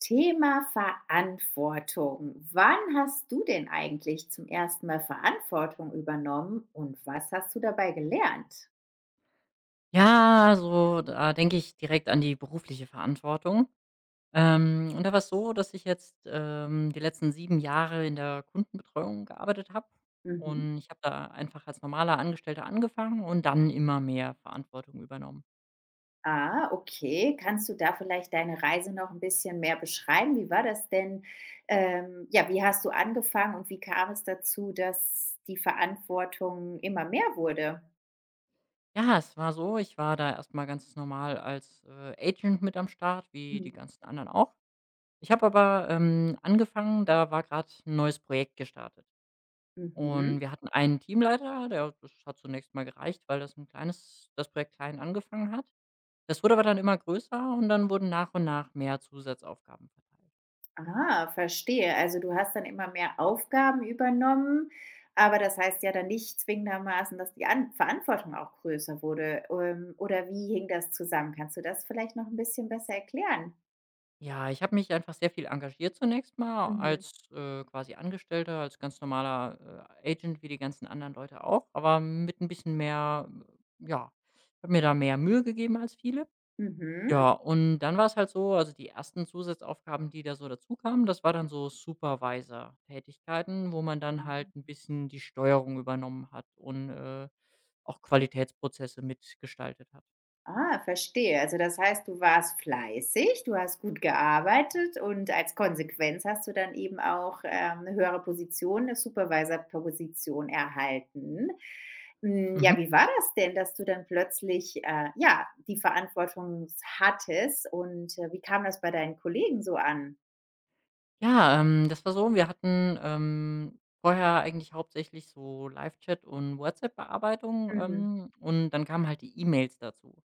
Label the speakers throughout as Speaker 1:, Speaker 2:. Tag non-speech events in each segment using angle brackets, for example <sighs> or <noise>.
Speaker 1: Thema Verantwortung. Wann hast du denn eigentlich zum ersten Mal Verantwortung übernommen und was hast du dabei gelernt?
Speaker 2: Ja, so, da denke ich direkt an die berufliche Verantwortung. Und da war es so, dass ich jetzt, die letzten 7 Jahre in der Kundenbetreuung gearbeitet habe.
Speaker 1: Mhm.
Speaker 2: Und ich habe da einfach als normaler Angestellter angefangen und dann immer mehr Verantwortung übernommen.
Speaker 1: Ah, okay. Kannst du da vielleicht deine Reise noch ein bisschen mehr beschreiben? Wie war das denn? Ja, wie hast du angefangen und wie kam es dazu, dass die Verantwortung immer mehr wurde?
Speaker 2: Ja, es war so, ich war da erst mal ganz normal als, Agent mit am Start, wie die
Speaker 1: Mhm.
Speaker 2: ganzen anderen auch. Ich habe aber, angefangen, da war gerade ein neues Projekt gestartet. Und
Speaker 1: Mhm.
Speaker 2: wir hatten einen Teamleiter, der das hat zunächst mal gereicht, weil das ein kleines das Projekt klein angefangen hat. Das wurde aber dann immer größer und dann wurden nach und nach mehr Zusatzaufgaben verteilt.
Speaker 1: Ah, verstehe. Also, du hast dann immer mehr Aufgaben übernommen, aber das heißt ja dann nicht zwingendermaßen, dass die An Verantwortung auch größer wurde. Oder wie hing das zusammen? Kannst du das vielleicht noch ein bisschen besser erklären?
Speaker 2: Ja, ich habe mich einfach sehr viel engagiert zunächst mal
Speaker 1: Mhm.
Speaker 2: als, quasi Angestellter, als ganz normaler, Agent wie die ganzen anderen Leute auch, aber mit ein bisschen mehr ja, habe mir da mehr Mühe gegeben als viele.
Speaker 1: Mhm.
Speaker 2: Ja, und dann war es halt so also, die ersten Zusatzaufgaben, die da so dazu kamen, das war dann so Supervisor-Tätigkeiten, wo man dann halt ein bisschen die Steuerung übernommen hat und, auch Qualitätsprozesse mitgestaltet hat.
Speaker 1: Ah, verstehe. Also das heißt, du warst fleißig, du hast gut gearbeitet und als Konsequenz hast du dann eben auch, 'ne höhere Position, eine Supervisor-Position erhalten. Hm,
Speaker 2: Mhm.
Speaker 1: ja, wie war das denn, dass du dann plötzlich, ja, die Verantwortung hattest und, wie kam das bei deinen Kollegen so an?
Speaker 2: Ja, das war so, wir hatten, vorher eigentlich hauptsächlich so Live-Chat und WhatsApp-Bearbeitung,
Speaker 1: Mhm.
Speaker 2: und dann kamen halt die E-Mails dazu.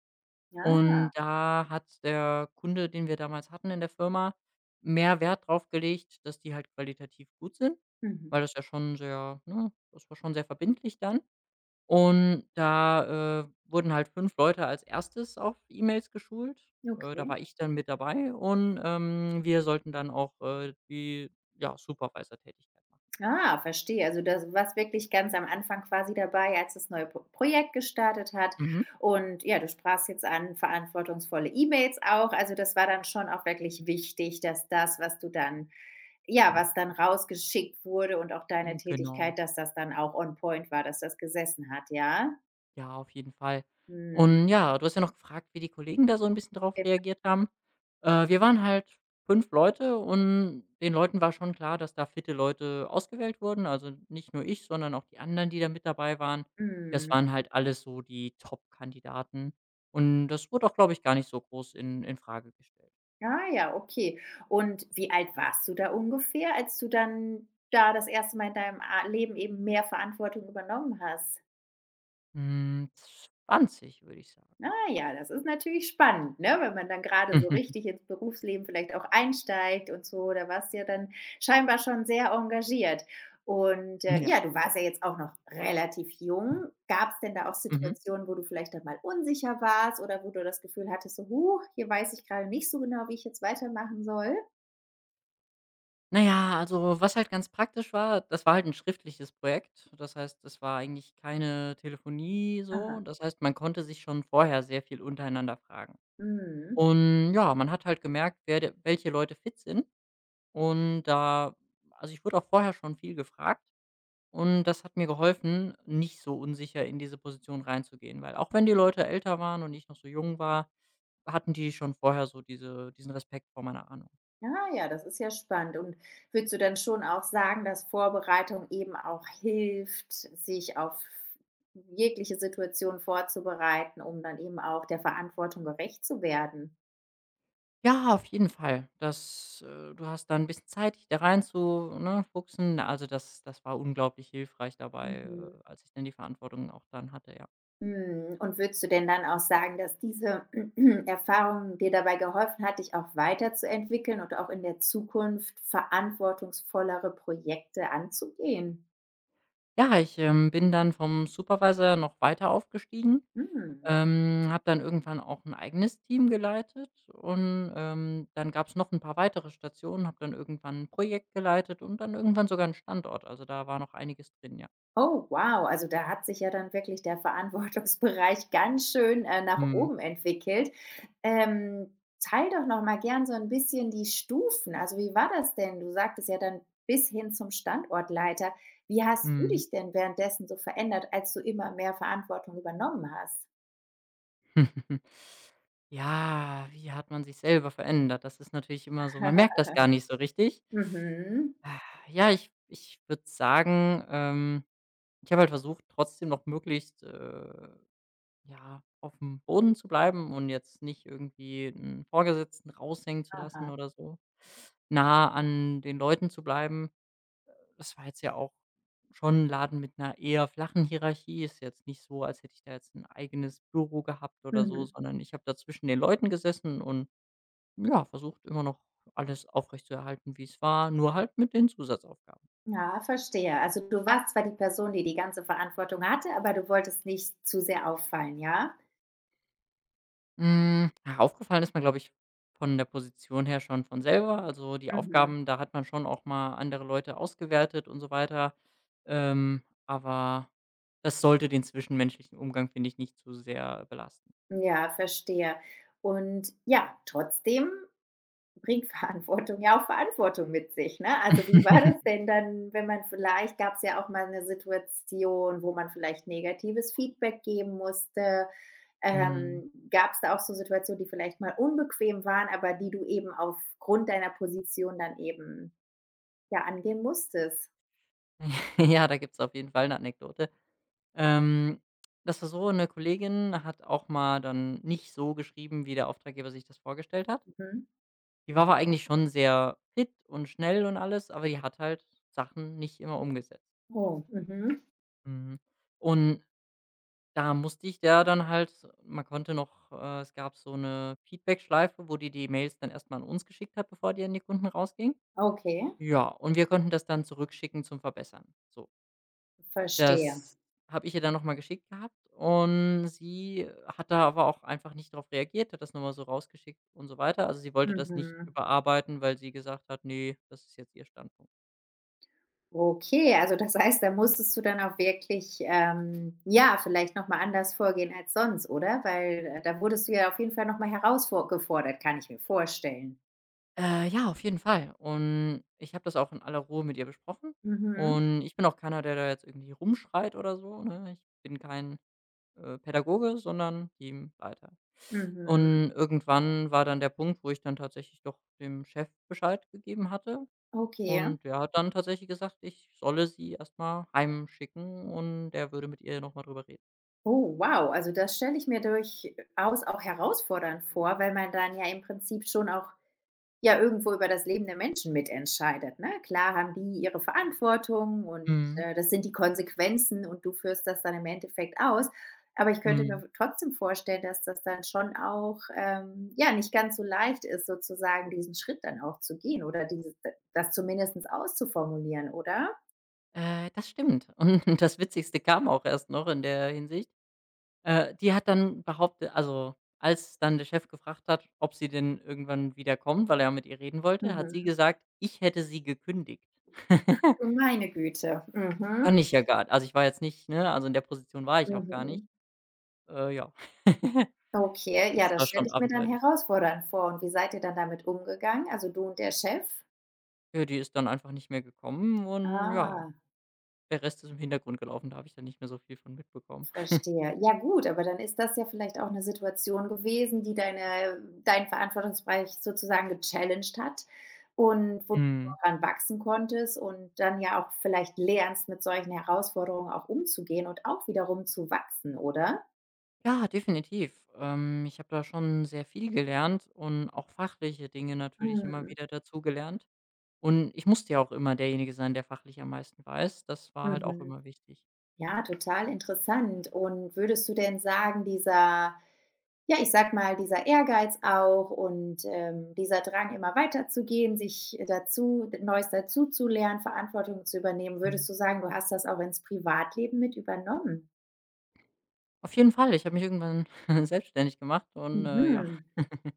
Speaker 2: Und
Speaker 1: Ja.
Speaker 2: da hat der Kunde, den wir damals hatten in der Firma, mehr Wert drauf gelegt, dass die halt qualitativ gut sind,
Speaker 1: Mhm.
Speaker 2: weil das ja schon das war schon sehr verbindlich dann. Und da, wurden halt 5 Leute als erstes auf E-Mails geschult. Da
Speaker 1: Okay.
Speaker 2: war ich dann mit dabei und, wir sollten dann auch, die, ja, Supervisor-Tätigkeit machen.
Speaker 1: Ah, verstehe. Also das warst wirklich ganz am Anfang quasi dabei, als das neue Projekt gestartet hat.
Speaker 2: Mhm,
Speaker 1: Und ja, du sprachst jetzt an verantwortungsvolle E-Mails auch. Also das war dann schon auch wirklich wichtig, dass das, was du dann, ja, was dann rausgeschickt wurde und auch deine
Speaker 2: hm, genau.
Speaker 1: Tätigkeit, dass das dann auch on point war, dass das gesessen hat, ja?
Speaker 2: Ja, auf jeden Fall.
Speaker 1: Mhm.
Speaker 2: Und ja, du hast ja noch gefragt, wie die Kollegen da so ein bisschen drauf reagiert haben. Wir waren halt 5 Leute und den Leuten war schon klar, dass da fitte Leute ausgewählt wurden. Also, nicht nur ich, sondern auch die anderen, die da mit dabei waren. Das
Speaker 1: Mhm.
Speaker 2: waren halt alles so die Top-Kandidaten. Und das wurde auch, glaube ich, gar nicht so groß in Frage gestellt.
Speaker 1: Ah ja, okay. Und wie alt warst du da ungefähr, als du dann da das erste Mal in deinem A Leben eben mehr Verantwortung übernommen hast?
Speaker 2: Hm, 20, würde ich sagen.
Speaker 1: Ah ja, das ist natürlich spannend, ne? Wenn man dann gerade so richtig
Speaker 2: <laughs>
Speaker 1: ins Berufsleben vielleicht auch einsteigt und so, da warst du ja dann scheinbar schon sehr engagiert. Und,
Speaker 2: Ja.
Speaker 1: ja, du warst ja jetzt auch noch relativ jung. Gab es denn da auch
Speaker 2: Mhm.
Speaker 1: Situationen, wo du vielleicht dann mal unsicher warst oder wo du das Gefühl hattest, so: „Huch, hier weiß ich gerade nicht so genau, wie ich jetzt weitermachen soll?"
Speaker 2: Na ja, also, was halt ganz praktisch war, das war halt ein schriftliches Projekt. Das heißt, es war eigentlich keine Telefonie so.
Speaker 1: Aha,
Speaker 2: Das heißt, man konnte sich schon vorher sehr viel untereinander fragen.
Speaker 1: mhm.
Speaker 2: Und ja, man hat halt gemerkt, wer de welche Leute fit sind. Und da, also, ich wurde auch vorher schon viel gefragt, und das hat mir geholfen, nicht so unsicher in diese Position reinzugehen, weil auch wenn die Leute älter waren und ich noch so jung war, hatten die schon vorher so diesen Respekt vor meiner Ahnung.
Speaker 1: Ah ja, das ist ja spannend. Und würdest du dann schon auch sagen, dass Vorbereitung eben auch hilft, sich auf jegliche Situation vorzubereiten, um dann eben auch der Verantwortung gerecht zu werden?
Speaker 2: Ja, auf jeden Fall. Das Du hast da ein bisschen Zeit, dich da rein zu, ne, fuchsen. Also, das war unglaublich hilfreich dabei,
Speaker 1: Mhm.
Speaker 2: als ich dann die Verantwortung auch dann hatte, ja.
Speaker 1: Und würdest du denn dann auch sagen, dass diese <clears throat> Erfahrung dir dabei geholfen hat, dich auch weiterzuentwickeln und auch in der Zukunft verantwortungsvollere Projekte anzugehen?
Speaker 2: Ja, ich bin dann vom Supervisor noch weiter aufgestiegen,
Speaker 1: Hm.
Speaker 2: habe dann irgendwann auch ein eigenes Team geleitet und, dann gab's noch ein paar weitere Stationen, habe dann irgendwann ein Projekt geleitet und dann irgendwann sogar einen Standort. Also, da war noch einiges drin, ja.
Speaker 1: Oh, wow. Also, da hat sich ja dann wirklich der Verantwortungsbereich <laughs> ganz schön, nach
Speaker 2: Mhm.
Speaker 1: oben entwickelt. Teile doch noch mal gern so ein bisschen die Stufen. Also, wie war das denn? Du sagtest ja dann bis hin zum Standortleiter. Wie hast du
Speaker 2: Mhm.
Speaker 1: dich denn währenddessen so verändert, als du immer mehr Verantwortung übernommen hast?
Speaker 2: <laughs> Ja, wie hat man sich selber verändert? Das ist natürlich immer so, man merkt das
Speaker 1: <laughs>
Speaker 2: gar nicht so richtig. <sighs>
Speaker 1: Mhm.
Speaker 2: Ah, ja, ich würde sagen, ich habe halt versucht, trotzdem noch möglichst, ja, auf dem Boden zu bleiben und jetzt nicht irgendwie einen Vorgesetzten raushängen zu lassen
Speaker 1: Aha.
Speaker 2: oder so. Nah an den Leuten zu bleiben, das war jetzt ja auch schon ein Laden mit einer eher flachen Hierarchie. Ist jetzt nicht so, als hätte ich da jetzt ein eigenes Büro gehabt oder so,
Speaker 1: Mhm.
Speaker 2: sondern ich habe da zwischen den Leuten gesessen und, ja, versucht immer noch alles aufrechtzuerhalten, wie es war, nur halt mit den Zusatzaufgaben.
Speaker 1: Ja, verstehe. Also, du warst zwar die Person, die die ganze Verantwortung hatte, aber du wolltest nicht zu sehr auffallen, ja?
Speaker 2: Hm, ja, aufgefallen ist mir, glaube ich, von der Position her schon von selber. Also, die
Speaker 1: Mhm.
Speaker 2: Aufgaben, da hat man schon auch mal andere Leute ausgewertet und so weiter. Aber das sollte den zwischenmenschlichen Umgang, finde ich, nicht zu sehr belasten.
Speaker 1: Ja, verstehe. Und ja, trotzdem bringt Verantwortung ja auch Verantwortung mit sich, ne? Also, wie war das
Speaker 2: <laughs>
Speaker 1: denn dann, wenn man vielleicht gab's ja auch mal eine Situation, wo man vielleicht negatives Feedback geben musste.
Speaker 2: Mhm.
Speaker 1: Gab's da auch so Situationen, die vielleicht mal unbequem waren, aber die du eben aufgrund deiner Position dann eben, ja, angehen musstest?
Speaker 2: <laughs> Ja, da gibt's auf jeden Fall eine Anekdote. Ähm, das war so, eine Kollegin hat auch mal dann nicht so geschrieben, wie der Auftraggeber sich das vorgestellt hat.
Speaker 1: Mhm.
Speaker 2: Die war aber eigentlich schon sehr fit und schnell und alles, aber die hat halt Sachen nicht immer umgesetzt. So,
Speaker 1: Oh, mhm.
Speaker 2: mhm. Und da musste ich, der dann halt, man konnte noch, es gab so 'ne Feedbackschleife, wo die die Mails dann erstmal an uns geschickt hat, bevor die an die Kunden rausging.
Speaker 1: Okay,
Speaker 2: Ja, und wir konnten das dann zurückschicken zum Verbessern, so.
Speaker 1: verstehe.
Speaker 2: Das habe ich ihr dann noch mal geschickt gehabt, und sie hat da aber auch einfach nicht drauf reagiert, hat das noch mal so rausgeschickt und so weiter. Also, sie wollte das nicht
Speaker 1: Mhm.
Speaker 2: überarbeiten, weil sie gesagt hat: nee, das ist jetzt ihr Standpunkt.“
Speaker 1: Okay, also das heißt, da musstest du dann auch wirklich, ja, vielleicht noch mal anders vorgehen als sonst, oder? Weil, da wurdest du ja auf jeden Fall noch mal herausfor Kann ich mir vorstellen.
Speaker 2: Ja, auf jeden Fall. Und ich habe das auch in aller Ruhe mit ihr besprochen,
Speaker 1: Mhm,
Speaker 2: und ich bin auch keiner, der da jetzt irgendwie rumschreit oder so, ne? Ich bin kein, Pädagoge, sondern Teamleiter.
Speaker 1: mhm,
Speaker 2: Und irgendwann war dann der Punkt, wo ich dann tatsächlich doch dem Chef Bescheid gegeben hatte.
Speaker 1: okay.
Speaker 2: Und der hat dann tatsächlich gesagt, ich solle sie erstmal mal heimschicken und er würde mit ihr noch mal drüber reden.
Speaker 1: Oh, wow, also das stelle ich mir durchaus auch herausfordernd vor, weil man dann ja im Prinzip schon auch. Ja, irgendwo über das Leben der Menschen mitentscheidet, ne? Klar haben die ihre Verantwortung und,
Speaker 2: Mhm,
Speaker 1: das sind die Konsequenzen und du führst das dann im Endeffekt aus. Aber ich könnte
Speaker 2: mhm.
Speaker 1: mir trotzdem vorstellen, dass das dann schon auch, ja, nicht ganz so leicht ist, sozusagen diesen Schritt dann auch zu gehen oder dieses das zumindestens auszuformulieren, oder?
Speaker 2: Das stimmt. Und <laughs> das Witzigste kam auch erst noch in der Hinsicht. Die hat dann behauptet, also, als dann der Chef gefragt hat, ob sie denn irgendwann wieder kommt, weil er mit ihr reden wollte, hat sie
Speaker 1: Mhm.
Speaker 2: gesagt, ich hätte sie gekündigt. <laughs>
Speaker 1: Du meine Güte.
Speaker 2: Kann
Speaker 1: Mhm,
Speaker 2: ich ja gar nicht. Also, ich war jetzt nicht, ne, also, in der Position war ich auch gar nicht.
Speaker 1: mhm.
Speaker 2: Ja. <laughs>
Speaker 1: Okay, ja,
Speaker 2: Das war
Speaker 1: das stelle
Speaker 2: schon
Speaker 1: ich mir dann
Speaker 2: abenteuerlich.
Speaker 1: herausfordernd vor. Und wie seid ihr dann damit umgegangen? Also, du und der Chef?
Speaker 2: Ja, die ist dann einfach nicht mehr gekommen, und ja,
Speaker 1: Ah.
Speaker 2: der Rest ist im Hintergrund gelaufen, da habe ich dann nicht mehr so viel von mitbekommen. <laughs>
Speaker 1: Verstehe. Ja gut, aber dann ist das ja vielleicht auch eine Situation gewesen, die deinen Verantwortungsbereich sozusagen gechallenged hat und wo du
Speaker 2: Mhm.
Speaker 1: dran wachsen konntest und dann ja auch vielleicht lernst, mit solchen Herausforderungen auch umzugehen und auch wiederum zu wachsen, oder?
Speaker 2: Ja, definitiv. Ich habe da schon sehr viel gelernt und auch fachliche Dinge natürlich immer
Speaker 1: Mhm.
Speaker 2: wieder dazu gelernt. Und ich musste ja auch immer derjenige sein, der fachlich am meisten weiß. Das war halt auch
Speaker 1: Mhm.
Speaker 2: immer wichtig.
Speaker 1: Ja, total interessant. Und würdest du denn sagen, dieser Ja, ich sag mal, dieser Ehrgeiz auch und, dieser Drang, immer weiterzugehen, sich dazu Neues dazuzulernen, Verantwortung zu übernehmen.
Speaker 2: Mhm.
Speaker 1: Würdest du sagen, du hast das auch ins Privatleben mit übernommen?
Speaker 2: Auf jeden Fall, ich habe mich irgendwann <laughs> selbstständig gemacht und ja,
Speaker 1: Mhm.
Speaker 2: <laughs>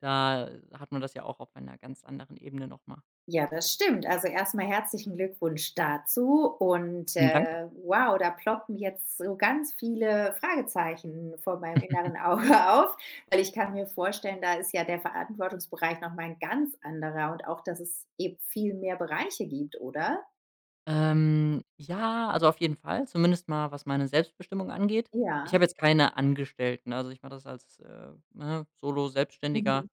Speaker 2: da hat man das ja auch auf einer ganz anderen Ebene nochmal.
Speaker 1: Ja, das stimmt. Also, erstmal herzlichen Glückwunsch dazu und,
Speaker 2: Mhm. Danke.
Speaker 1: wow, da ploppen jetzt so ganz viele Fragezeichen vor meinem inneren
Speaker 2: <laughs>
Speaker 1: Auge <laughs> auf, weil ich kann mir vorstellen, da ist ja der Verantwortungsbereich nochmal ein ganz anderer und auch, dass es eben viel mehr Bereiche gibt, oder?
Speaker 2: Ja, also auf jeden Fall, zumindest mal, was meine Selbstbestimmung angeht. Ich
Speaker 1: Ja.
Speaker 2: habe jetzt keine Angestellten, also ich mache das als, ne, Solo-Selbstständiger.
Speaker 1: Mhm.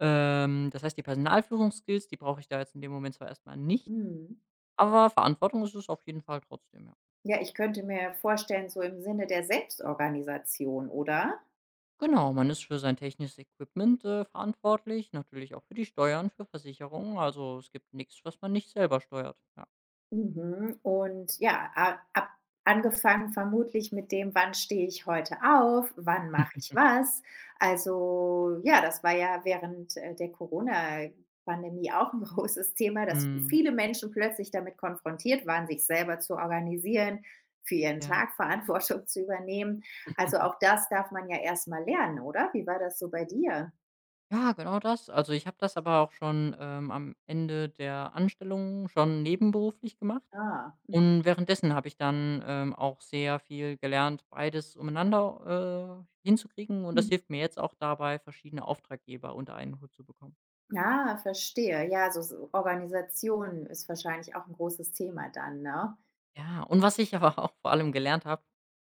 Speaker 2: Das heißt, die Personalführungsskills, die brauche ich da jetzt in dem Moment zwar erstmal nicht,
Speaker 1: Mhm.
Speaker 2: aber Verantwortung ist es auf jeden Fall trotzdem, ja.
Speaker 1: Ja, ich könnte mir vorstellen, so im Sinne der Selbstorganisation, oder?
Speaker 2: Genau, man ist für sein technisches Equipment, verantwortlich, natürlich auch für die Steuern, für Versicherungen. Also, es gibt nichts, was man nicht selber steuert, ja.
Speaker 1: Mhm, und ja, a ab angefangen vermutlich mit dem: „Wann stehe ich heute auf? Wann mache ich
Speaker 2: <laughs>
Speaker 1: was?" Also, ja, das war ja während, der Corona-Pandemie auch ein <laughs> großes Thema, dass
Speaker 2: Mhm,
Speaker 1: viele Menschen plötzlich damit konfrontiert waren, sich selber zu organisieren, für ihren
Speaker 2: ja.
Speaker 1: Tag Verantwortung zu übernehmen. Also, auch das darf man ja erst mal lernen, oder? Wie war das so bei dir?
Speaker 2: Ja, genau das. Also, ich habe das aber auch schon, am Ende der Anstellung schon nebenberuflich gemacht.
Speaker 1: Ah, mhm.
Speaker 2: Und währenddessen habe ich dann, auch sehr viel gelernt, beides umeinander, hinzukriegen. Und das hilft mir jetzt auch dabei, verschiedene Auftraggeber unter einen Hut zu bekommen.
Speaker 1: Ah, verstehe. Ja, so Organisation ist wahrscheinlich auch ein großes Thema dann, ne?
Speaker 2: Ja, und was ich aber <laughs> auch vor allem gelernt habe,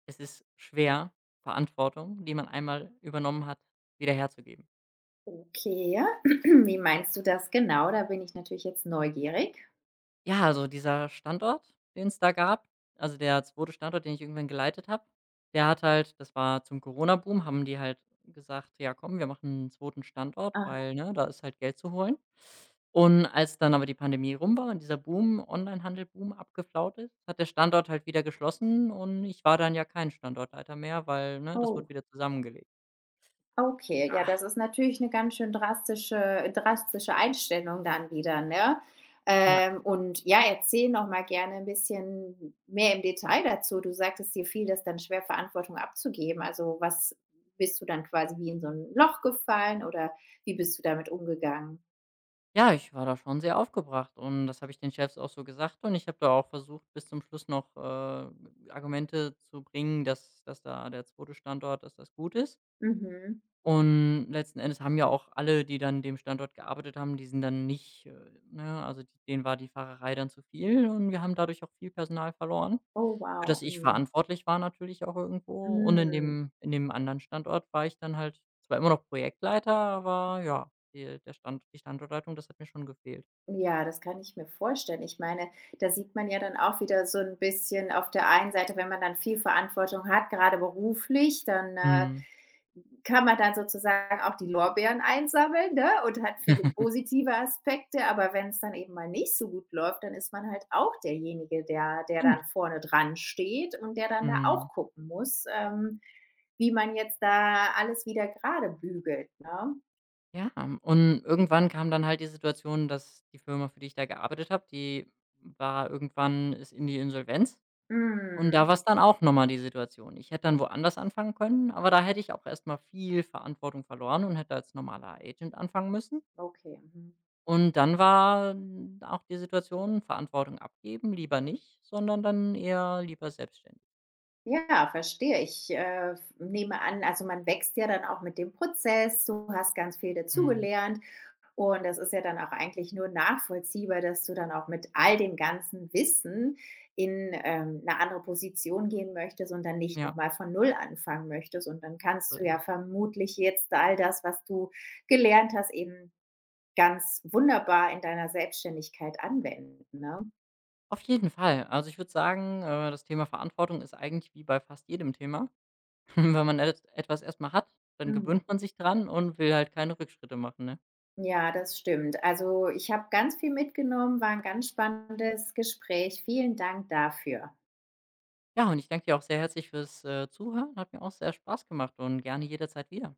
Speaker 2: es ist schwer, Verantwortung, die man einmal übernommen hat, wieder herzugeben.
Speaker 1: Okay. <clears throat> Wie meinst du das genau? Da bin ich natürlich jetzt neugierig.
Speaker 2: Ja, also dieser Standort, den es da gab, also der zweite Standort, den ich irgendwann geleitet habe, der hat halt, das war zum Corona-Boom, haben die halt gesagt: „Ja komm, wir machen einen zweiten Standort,
Speaker 1: Aha.
Speaker 2: weil, ne, da ist halt Geld zu holen.“ Und als dann aber die Pandemie rum war und dieser Boom, online handel boom, abgeflaut ist, hat der Standort halt wieder geschlossen, und ich war dann ja kein Standortleiter mehr, weil, ne, das wurde
Speaker 1: Oh,
Speaker 2: wieder zusammengelegt.
Speaker 1: okay. Ja, das
Speaker 2: Ah.
Speaker 1: ist natürlich eine ganz schön drastische Einstellung dann wieder, ne?
Speaker 2: Ja.
Speaker 1: Und ja, erzähl noch mal gerne ein bisschen mehr im Detail dazu. Du sagtest, dir fiel das dann schwer, Verantwortung abzugeben. Also, was bist du dann quasi wie in so ein Loch gefallen oder wie bist du damit umgegangen?
Speaker 2: Ja, ich war da schon sehr aufgebracht, und das habe ich den Chefs auch so gesagt, und ich habe da auch versucht, bis zum Schluss noch, Argumente zu bringen, dass da der zweite Standort, dass das gut ist.
Speaker 1: Mhm.
Speaker 2: Und letzten Endes haben ja auch alle, die dann dem Standort gearbeitet haben, die sind dann nicht, ne, also die, denen war die Fahrerei dann zu viel, und wir haben dadurch auch viel Personal verloren,
Speaker 1: Oh,
Speaker 2: für
Speaker 1: wow.
Speaker 2: das ich
Speaker 1: Mhm.
Speaker 2: verantwortlich war natürlich auch irgendwo. Und in
Speaker 1: Mhm.
Speaker 2: dem in dem anderen Standort war ich dann halt zwar immer noch Projektleiter, aber ja, die Standortleitung, das hat mir schon gefehlt.
Speaker 1: Ja, das kann ich mir vorstellen. Ich meine, da sieht man ja dann auch wieder so ein bisschen auf der einen Seite, wenn man dann viel Verantwortung hat, gerade beruflich, dann,
Speaker 2: Mhm.
Speaker 1: kann man dann sozusagen auch die Lorbeeren einsammeln, ne, und hat viele
Speaker 2: <laughs>
Speaker 1: positive Aspekte, aber wenn es dann eben mal nicht so gut läuft, dann ist man halt auch derjenige, der der
Speaker 2: Stimmt.
Speaker 1: dann vorne dran steht und der dann da
Speaker 2: Mhm.
Speaker 1: auch gucken muss, wie man jetzt da alles wieder gerade bügelt, ne?
Speaker 2: Ja, und irgendwann kam dann halt die Situation, dass die Firma, für die ich da gearbeitet habe, die war irgendwann, ist in die Insolvenz. Und da
Speaker 1: Mhm.
Speaker 2: war es dann auch nochmal die Situation. Ich hätte dann woanders anfangen können, aber da hätte ich auch erstmal viel Verantwortung verloren und hätte als normaler Agent anfangen müssen.
Speaker 1: Okay. Mhm.
Speaker 2: Und dann war n auch die Situation, Verantwortung abgeben, lieber nicht, sondern dann eher lieber selbstständig.
Speaker 1: Ja, verstehe. Ich, nehme an also, man wächst ja dann auch mit dem Prozess. Du hast ganz viel
Speaker 2: Mhm.
Speaker 1: dazugelernt und das ist ja dann auch eigentlich nur nachvollziehbar, dass du dann auch mit all dem ganzen Wissen in, 'ne andere Position gehen möchtest und dann nicht
Speaker 2: Ja,
Speaker 1: nochmal von Null anfangen möchtest. Und dann
Speaker 2: so
Speaker 1: kannst du
Speaker 2: ist
Speaker 1: ja
Speaker 2: es.
Speaker 1: vermutlich jetzt all das, was du gelernt hast, eben ganz wunderbar in deiner Selbstständigkeit anwenden, ne?
Speaker 2: Auf jeden Fall. Also, ich würde sagen, das Thema Verantwortung ist eigentlich wie bei fast jedem Thema. <laughs> Wenn man et etwas erstmal hat, dann
Speaker 1: Mhm.
Speaker 2: gewöhnt man sich dran und will halt keine Rückschritte machen, ne?
Speaker 1: Ja, das stimmt. Also, ich habe ganz viel mitgenommen, war ein ganz spannendes Gespräch. Vielen Dank dafür.
Speaker 2: Ja, und ich danke dir auch sehr herzlich fürs, Zuhören. Hat mir auch sehr Spaß gemacht und gerne jederzeit wieder.